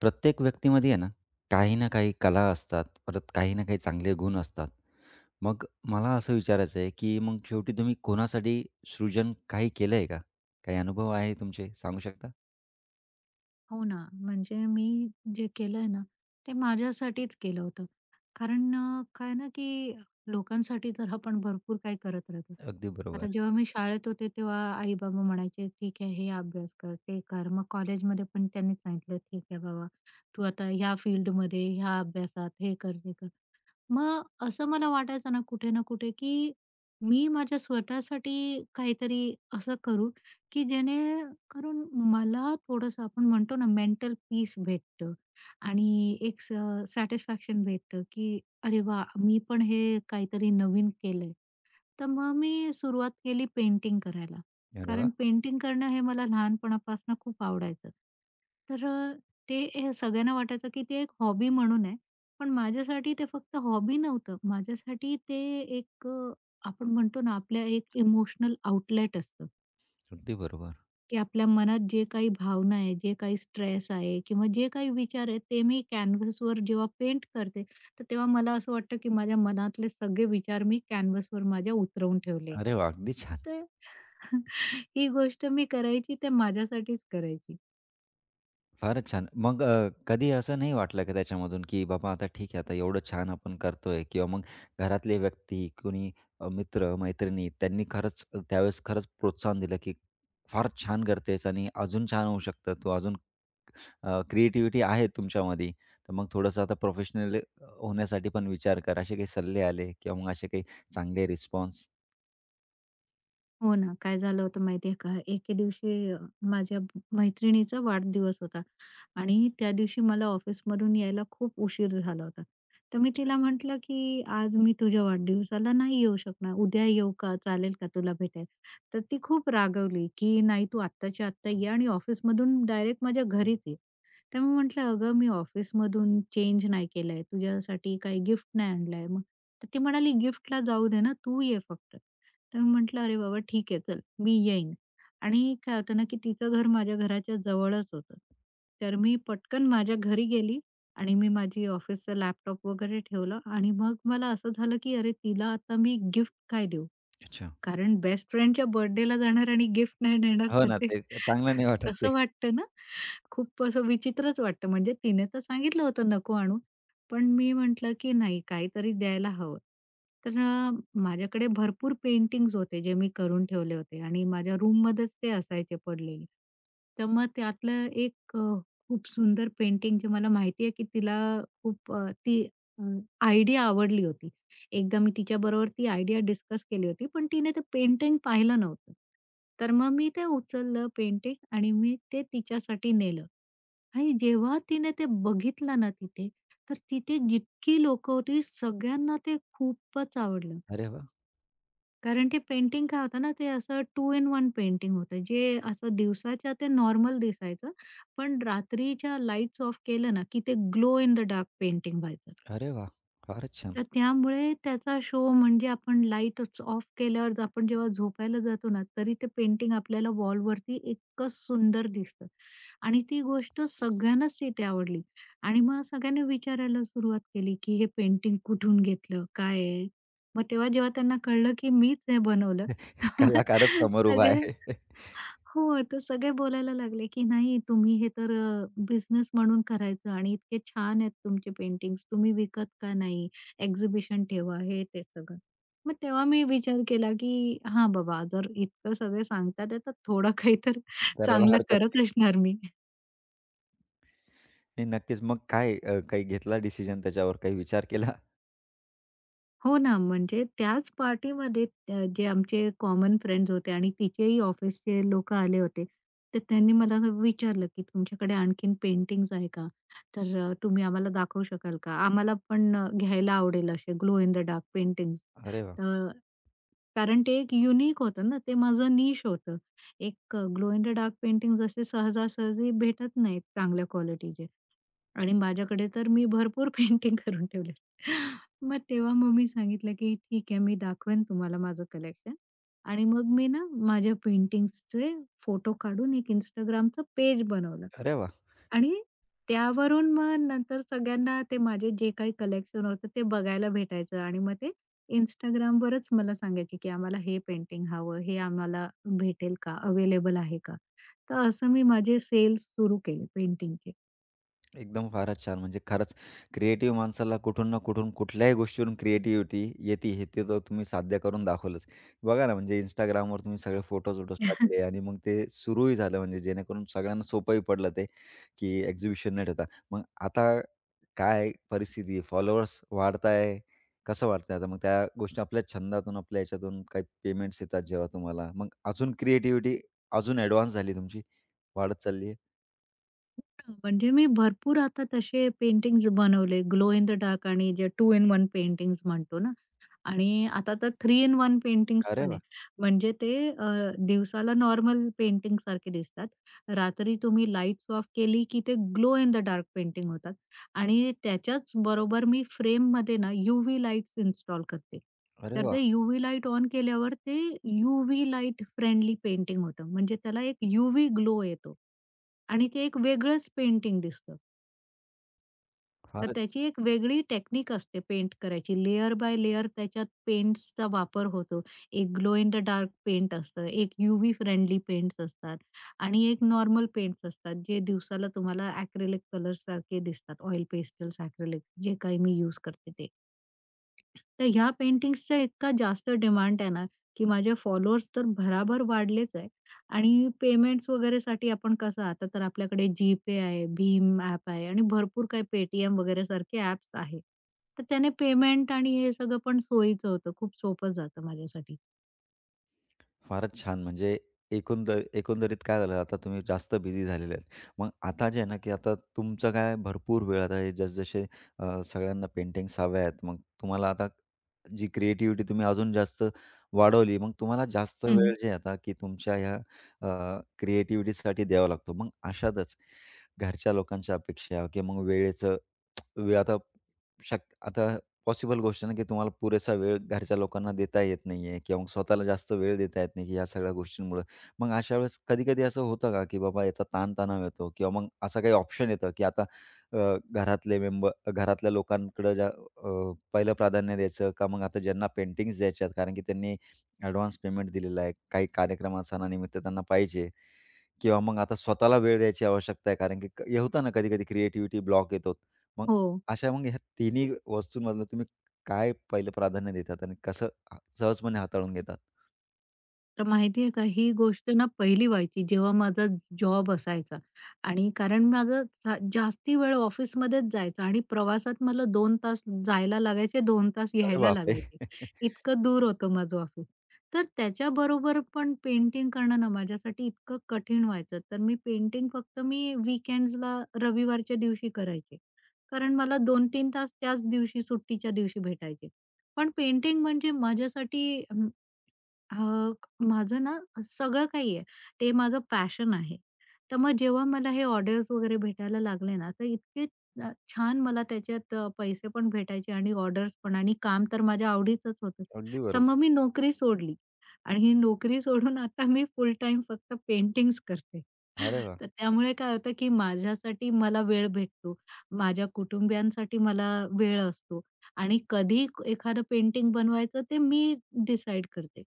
प्रत्येक व्यक्तीमध्ये आहे ना, काही ना काही कला असतात, परत काही ना काही चांगले गुण असतात. मग मला असं विचारायचं आहे, की मग शेवटी तुम्ही कोणासाठी सृजन काही केलं आहे का? काही अनुभव आहे तुमचे सांगू शकता? हो ना, म्हणजे मी जे केलंय ना, ते माझ्यासाठीच केलं होतं. कारण काय ना, की लोकांसाठी तर आपण भरपूर काही करत राहतो. अगदी आता बरोबर. जेव्हा मी शाळेत होते, तेव्हा आई-बाबा म्हणायचे, "ठीक आहे, हे अभ्यास कर, ते कर." मग कॉलेजमध्ये पण त्यांनीच सांगितलं, "ठीक आहे बाबा, तू आता ह्या फील्डमध्ये, ह्या अभ्यासात हे कर, ते कर." मग असं मला वाटायचं ना कुठे ना कुठे, की मी माझ्या स्वतःसाठी काहीतरी असं करू, की जेणेकरून मला थोडंसं आपण म्हणतो ना मेंटल पीस भेटतं आणि एक सॅटिस्फॅक्शन भेटतं, की अरे वाह! मी पण हे काहीतरी नवीन केलंय. तर मग मी सुरुवात केली पेंटिंग करायला. अरे वाह! कारण पेंटिंग करणं हे मला लहानपणापासून खूप आवडायचं. तर ते हे सगळ्यांना वाटायचं की ते एक हॉबी म्हणून आहे. पण माझ्यासाठी ते फक्त हॉबी नव्हतं. माझ्यासाठी ते एक आपण म्हणतो ना आपल्या एक इमोशनल आउटलेट असतं, अगदी बरोबर. की आपल्या मनात जे काही भावना आहे, जे काही स्ट्रेस आहे किंवा जे काही विचार आहेत ते मी कॅनव्हासवर जेव्हा पेंट करते, तर तेव्हा मला असं वाटतं की माझ्या मनातले सगळे विचार मी कॅनव्हासवर माझ्या उतरवून ठेवले आहे. अरे वाह! अगदी छान. ही गोष्ट मी करायची ते माझ्यासाठीच करायची. फारच छान. मग कधी असं नाही वाटलं का त्याच्यामधून, की बाबा आता ठीक आहे, आता एवढं छान आपण करतोय किंवा मग घरातले व्यक्ती, कोणी मित्र, मैत्रिणी त्यांनी खरंच त्यावेळेस खरंच प्रोत्साहन दिलं, की फार छान करतेस आणि अजून छान होऊ शकतं तू, अजून क्रिएटिव्हिटी आहे तुमच्यामध्ये. तर मग थोडंसं आता प्रोफेशनल होण्यासाठी पण विचार कर. असे काही सल्ले आले किंवा मग असे काही चांगले रिस्पॉन्स? हो ना, काय झालं होतं माहिती आहे का? एके दिवशी माझ्या मैत्रिणीचा वाढदिवस होता आणि त्या दिवशी मला ऑफिसमधून यायला खूप उशीर झाला होता. तर मी तिला म्हटलं, की "आज मी तुझ्या वाढदिवसाला नाही येऊ शकणार. उद्या येऊ का? चालेल का तुला भेटायला?" तर ती खूप रागवली, की "नाही, तू आत्ताच्या आत्ता ये आणि ऑफिसमधून डायरेक्ट माझ्या घरीच ये." तर मी म्हटलं, "अगं, मी ऑफिसमधून चेंज नाही केलाय. तुझ्यासाठी काही गिफ्ट नाही आणलाय मग." तर ती म्हणाली, "गिफ्टला जाऊ दे ना, तू ये फक्त." तर म्हटलं, "अरे बाबा ठीक आहे चल, मी येईन." आणि काय होतं ना, की तिचं घर माझ्या घराच्या जवळच होतं. तर मी पटकन माझ्या घरी गेली आणि मी माझी ऑफिसचा लॅपटॉप वगैरे ठेवला आणि मग मला असं झालं, की अरे तिला आता मी गिफ्ट काय देऊ? अच्छा. कारण बेस्ट फ्रेंडच्या बर्थडेला जाणार आणि गिफ्ट नाही देणार हो तर ना, ते ते चांगलं नाही वाटत ते. कसं वाटतं ना? खूप असं विचित्रच वाटतं. म्हणजे तिने तर सांगितलं होतं नको आणू. पण मी म्हटलं, की नाही काहीतरी द्यायला हवं. तर माझ्याकडे भरपूर पेंटिंग्ज होते जे मी करून ठेवले होते आणि माझ्या रूममध्येच ते असायचे पडलेले. तर मग त्यातलं एक खूप सुंदर पेंटिंग जे मला माहिती आहे, की तिला खूप ती आयडिया आवडली होती. एकदा मी तिच्याबरोबर ती आयडिया डिस्कस केली होती, पण तिने ते पेंटिंग पाहिलं नव्हतं. तर मग मी ते उचललं पेंटिंग आणि मी ते तिच्यासाठी नेलं आणि जेव्हा तिने ते बघितलं ना तिथे, तर तिथे जितकी लोकं होती सगळ्यांना ते खूपच आवडलं. अरे वाह! कारण ते पेंटिंग काय होतं ना, ते असं टू इन वन पेंटिंग होतं. जे असं दिवसाच्या ते नॉर्मल दिसायचं, पण रात्रीच्या लाईट्स ऑफ केलं ना, की ते glow in the dark painting व्हायचं. अरे वाह! फारच छान. तर त्यामुळे त्याचा शो म्हणजे आपण लाईटच ऑफ केल्यावर आपण जेव्हा झोपायला जातो ना, तरी ते पेंटिंग आपल्याला वॉलवरती इतकं सुंदर दिसतं आणि ती गोष्ट सगळ्यांनाच तिथे आवडली आणि मग सगळ्यांनी विचारायला सुरुवात केली, की "हे पेंटिंग कुठून घेतलं? काय आहे?" मग तेव्हा जेव्हा त्यांना कळलं, की मीच हे बनवलं, तर मग कलाकारच समोर उभा सगळे आहे. हो, तर सगळे बोलायला लागले, की "नाही, तुम्ही हे तर बिझनेस म्हणून करायचं आणि इतके छान आहेत तुमचे पेंटिंग्स. तुम्ही विकत का नाही?" एक्झिबिशन ठेवा, हे ते सगळं. मग तेव्हा मी विचार केला, की हां, बाबा जर इतकं सगळे सांगतात आहे, तर थोडं काहीतरी करायला चांगलं हरकत करत नाही. असणार मी. नाही, नक्कीच. मग काय काही घेतला डिसिजन त्याच्यावर? काही विचार केला? हो ना, म्हणजे त्याच पार्टीमध्ये जे आमचे कॉमन फ्रेंड्स होते आणि तिचेही ऑफिसचे लोकं आले होते. तर त्यांनी मला विचारलं, की "तुमच्याकडे आणखीन पेंटिंग्ज आहे का? तर तुम्ही आम्हाला दाखवू शकाल का? आम्हाला पण घ्यायला आवडेल असे glow in the dark paintings." अरे वाह! तर कारण ते एक युनिक होतं ना, ते माझं निश होतं. एक glow in the dark paintings असे सहजासहजी भेटत नाहीत चांगल्या क्वालिटीचे. आणि माझ्याकडे तर मी भरपूर पेंटिंग करून ठेवले. मग तेव्हा मम्मी सांगितलं, की "ठीक आहे, मी दाखवेन तुम्हाला माझं कलेक्शन." आणि मग मी ना माझ्या पेंटिंग्सचे फोटो काढून एक Instagramचं पेज बनवलं. अरे वाह! आणि त्यावरून मग नंतर सगळ्यांना ते माझे जे काही कलेक्शन होतं ते बघायला भेटायचं आणि मग ते Instagramवरच मला सांगायचे, की "आम्हाला हे पेंटिंग हवं, हे आम्हाला भेटेल का? अवेलेबल आहे का?" तर असं मी माझे सेल्स सुरू केले पेंटिंगचे. एकदम फारच छान. म्हणजे खरंच क्रिएटिव्ह माणसाला कुठून ना कुठून कुठल्याही गोष्टीवरून क्रिएटिव्हिटी येते हे ते तर तुम्ही साध्य करून दाखवलंच. बघा ना म्हणजे Instagramवर तुम्ही सगळे फोटो-वोटोज टाकले आणि मग ते सुरूही झालं म्हणजे जेणेकरून सगळ्यांना सोपंही पडलं ते, की एक्झिबिशन न ठेवता. मग आता काय परिस्थिती फॉलोअर्स वाढताय. कसं वाटतंय आता मग त्या गोष्टी आपल्या छंदातून, आपल्या ह्याच्यातून काही पेमेंट्स येतात जेव्हा तुम्हाला. मग अजून क्रिएटिव्हिटी अजून ॲडव्हान्स झाली तुमची. वाढत चालली आहे. म्हणजे मी भरपूर आता तसे पेंटिंग्ज बनवले. ग्लो इन द डार्क आणि जे टू इन वन पेंटिंग्ज म्हणतो ना, आणि आता तर थ्री इन वन पेंटिंग्स अरे पण वाह! आहे. म्हणजे ते दिवसाला नॉर्मल पेंटिंगसारखे दिसतात. रात्री तुम्ही लाईट्स ऑफ केली, की ते glow in the dark painting होतात आणि त्याच्याच बरोबर मी फ्रेम फ्रेममध्ये ना यूव्ही लाईट्स इन्स्टॉल करते. अरे तर वाह! ते यूव्ही लाईट ऑन केल्यावर ते यूव्ही लाईट फ्रेंडली पेंटिंग होतं. म्हणजे त्याला एक यूव्ही ग्लो येतो आणि ते एक वेगळंच पेंटिंग दिसतं. तर फारच त्याची एक वेगळी टेक्निक असते पेंट करायची. लेयर बाय लेयर त्याच्यात पेंट्सचा वापर होतो. एक glow in the dark paint असतं, एक यूव्ही फ्रेंडली पेंट्स असतात आणि एक नॉर्मल पेंट्स असतात, जे दिवसाला तुम्हाला ॲक्रेलिक कलर्ससारखे दिसतात. ऑइल पेस्टल्स, ॲक्रेलिक्स जे काही मी यूज करते ते. तर ह्या पेंटिंग्सचा इतका जास्त डिमांड आहे ना, की माझे फॉलोअर्स तर भराभर वाढलेच आहे आणि पेमेंट्स वगैरेसाठी आपण कसं आता तर आपल्याकडे जीपे आहे, भीम ॲप आहे आणि भरपूर काही Paytm वगैरे सारखे ॲप्स आहे. तर त्याने पेमेंट आणि हे सगळं पण सोयीचं होतं. खूप सोपं जातं माझ्यासाठी. फारच छान. म्हणजे एकंदरीत काय झालं आता तुम्ही जास्त बिझी झालेले आहेत. मग आता जे आहे ना, की आता तुमचं काय भरपूर वेळ आता हे जसजसे सगळ्यांना पेंटिंग्स हव्या आहेत. मग तुम्हाला आता जी क्रिएटिव्हिटी तुम्ही अजून जास्त वाढवली. मग तुम्हाला जास्त वेळ हं. जे आहे आता, की तुमच्या ह्या क्रिएटिव्हिटीसाठी द्यावा लागतो. मग अशातच घरच्या लोकांच्या अपेक्षा किंवा मग वेळेचं वे आता शक आता पॉसिबल गोष्ट आहे ना, की तुम्हाला पुरेसा वेळ घरच्या लोकांना देता येत नाहीये किंवा मग स्वतःला जास्त वेळ देता येत नाही, की या सगळ्या गोष्टींमुळं. मग अशा वेळेस कधी-कधी असं होतं का, की बाबा याचा ताणतणाव येतो किंवा मग असा काही ऑप्शन येतं, की आता अ, घरातले मेंबर घरातल्या लोकांकडे ज्या पहिलं प्राधान्य द्यायचं का मग आता ज्यांना पेंटिंग्स द्यायच्या कारण की त्यांनी ॲडव्हान्स पेमेंट दिलेला आहे, काही कार्यक्रम सणानिमित्त त्यांना पाहिजे किंवा मग आता स्वतःला वेळ द्यायची आवश्यकता आहे, कारण की हे होतं ना, कधी-कधी क्रिएटिव्हिटी ब्लॉक येतो. मग हो. अशा मग ह्या तिन्ही वस्तूंमधनं तुम्ही काय पहिलं प्राधान्य देतात आणि कसं सहजपणे हाताळून घेतात? तर माहिती का, ही गोष्ट ना पहिली व्हायची जेव्हा माझा जॉब असायचा आणि कारण माझं जास्ती वेळ ऑफिसमध्येच जायचा आणि प्रवासात मला 2 तास जायला लागायचे, 2 तास अरे यायला बापरे! लागायचे. इतकं दूर होतं माझं ऑफिस. तर त्याच्याबरोबर पण पेंटिंग करणं ना माझ्यासाठी इतकं कठीण व्हायचं. तर मी पेंटिंग फक्त मी वीकेंड्सला, रविवारच्या दिवशी करायचे. कारण मला 2-3 तास त्याच दिवशी सुट्टीच्या दिवशी भेटायचे. पण पेंटिंग म्हणजे माझ्यासाठी अ, माझं ना सगळं काही आहे. ते माझं पॅशन आहे. तर मग जेव्हा मला हे ऑर्डर्स वगैरे भेटायला लागले ना, तर इतके छान मला त्याच्यात पैसे पण भेटायचे आणि ऑर्डर्स पण आणि काम तर माझ्या आवडीचंच होतं. अगदी तर बरोबर. मग मी नोकरी सोडली आणि ही नोकरी सोडून आता मी फुल टाइम फक्त पेंटिंग्स करते. अरे वाह! तर त्यामुळे काय होतं, की माझ्यासाठी मला वेळ भेटतो. माझ्या कुटुंबियांसाठी मला वेळ असतो आणि कधी एखादं पेंटिंग बनवायचं ते मी डिसाईड करते.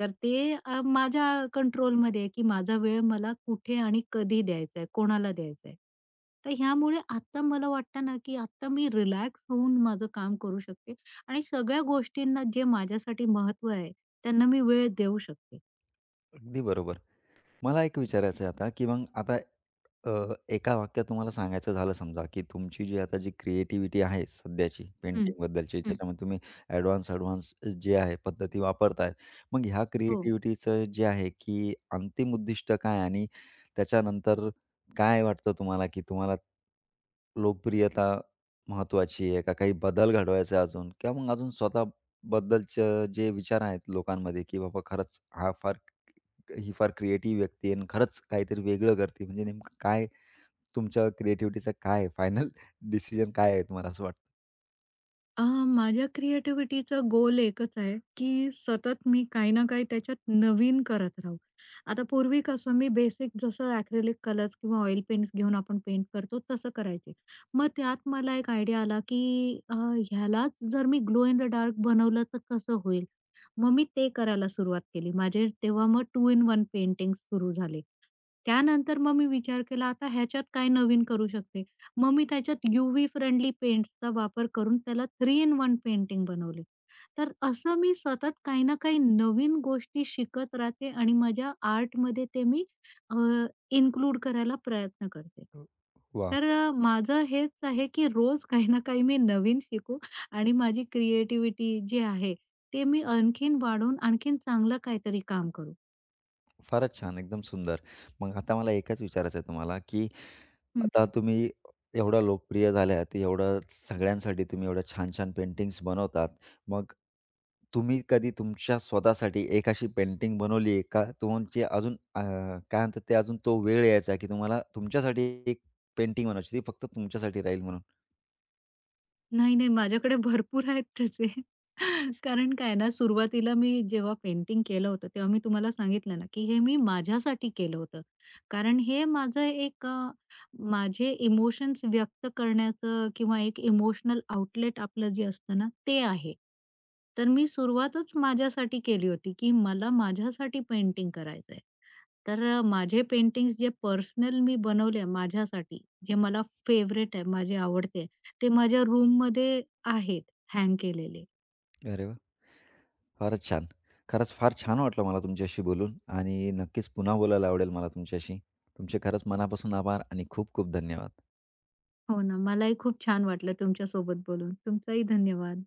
तर ते माझ्या कंट्रोलमध्ये आहे, की माझा वेळ मला कुठे आणि कधी द्यायचा आहे, कोणाला द्यायचा आहे. तर ह्यामुळे आत्ता मला वाटतं ना, की आत्ता मी रिलॅक्स होऊन माझं काम करू शकते आणि सगळ्या गोष्टींना जे माझ्यासाठी महत्त्व आहे, त्यांना मी वेळ देऊ शकते. अगदी बरोबर. मला एक विचारायचं आहे आता, की मग आता एका वाक्यात तुम्हाला सांगायचं झालं समजा, की तुमची जी क्रिएटिव्हिटी आहे सध्याची हं, पेंटिंगबद्दलची, हं. ज्याच्यामध्ये तुम्ही ॲडव्हान्स-ॲडव्हान्स जे आहे पद्धती वापरताय. मग ह्या हो. क्रिएटिव्हिटीचं जे आहे, की अंतिम उद्दिष्ट काय आणि त्याच्यानंतर काय वाटतं तुम्हाला, की तुम्हाला लोकप्रियता महत्त्वाची आहे का? काही बदल घडवायचा आहे अजून? किंवा मग अजून स्वतःबद्दलचं जे विचार आहेत लोकांमध्ये, की बाबा खरंच हा फार ही फार क्रिएटिव्ह व्यक्ती आहे आणि खरंच काहीतरी वेगळं करते. म्हणजे नेमकं काय तुमच्या क्रिएटिव्हिटीचा काय फायनल डिसिजन काय आहे तुम्हाला असं वाटतं? माझ्या क्रिएटिव्हिटीचं गोल एकच आहे, की सतत मी काही ना काही त्याच्यात नवीन करत राहू. आता पूर्वी कसं मी बेसिक जसं ॲक्रेलिक कलर्स किंवा ऑइल पेंट्स घेऊन आपण पेंट करतो तसं करायचे. मग त्यात मला एक आयडिया आला, की ह्यालाच जर मी ग्लो इन द डार्क बनवलं तर कसं होईल? मग मी ते करायला सुरुवात केली. माझे तेव्हा मग टू इन वन पेंटिंग्स सुरू झाले. त्यानंतर मग मी विचार केला, आता ह्याच्यात काय नवीन करू शकते? मग मी त्याच्यात यूव्ही फ्रेंडली पेंट्सचा वापर करून त्याला थ्री इन वन पेंटिंग बनवली. तर असं मी सतत काही ना काही नवीन गोष्टी शिकत राहते आणि माझ्या आर्टमध्ये ते मी अ, इन्क्लूड करायला प्रयत्न करते. अ, तर माझं हेच आहे की रोज काही ना काही मी नवीन शिकू आणि माझी क्रिएटिव्हिटी जी आहे, ते मी आणखीन वाढवून आणखीन चांगलं काहीतरी काम करू. फारच छान. एकदम सुंदर. मग आता मला एकच विचारायचं आहे तुम्हाला, की आता तुम्ही एवढा लोकप्रिय झाल्यात, एवढं सगळ्यांसाठी तुम्ही एवढ्या छान-छान पेंटिंग्स बनवतात. मग तुम्ही कधी तुमच्या स्वतःसाठी एक अशी पेंटिंग बनवली आहे का? तुमची अजून काय म्हणतात ते अजून तो वेळ यायचा, की तुम्हाला तुमच्यासाठी एक पेंटिंग बनवायची, ती फक्त तुमच्यासाठी राहील म्हणून? नाही, नाही. माझ्याकडे भरपूर आहेत तसे. कारण काय ना, सुरुवातीला मी जेव्हा पेंटिंग केलं होतं, तेव्हा मी तुम्हाला सांगितलं ना, की हे मी माझ्यासाठी केलं होतं. कारण हे माझं एक माझे इमोशन्स व्यक्त करण्याचं किंवा एक इमोशनल आउटलेट आपलं जे असतं ना, ते आहे. तर मी सुरुवातच माझ्यासाठी केली होती, की मला माझ्यासाठी पेंटिंग करायचंय. तर माझे पेंटिंग्स जे पर्सनल मी बनवले माझ्यासाठी, जे मला फेव्हरेट आहे, माझे आवडते, ते माझ्या रूममध्ये आहेत हँग केलेले. अरे वाह! फारच छान. खरंच फार छान वाटलं मला तुमच्याशी बोलून आणि नक्कीच पुन्हा बोलायला आवडेल मला तुमच्याशी. तुमचे खरंच मनापासून आभार आणि खूप खूप धन्यवाद. हो ना, मलाही खूप छान वाटलं तुमच्यासोबत बोलून. तुमचाही धन्यवाद.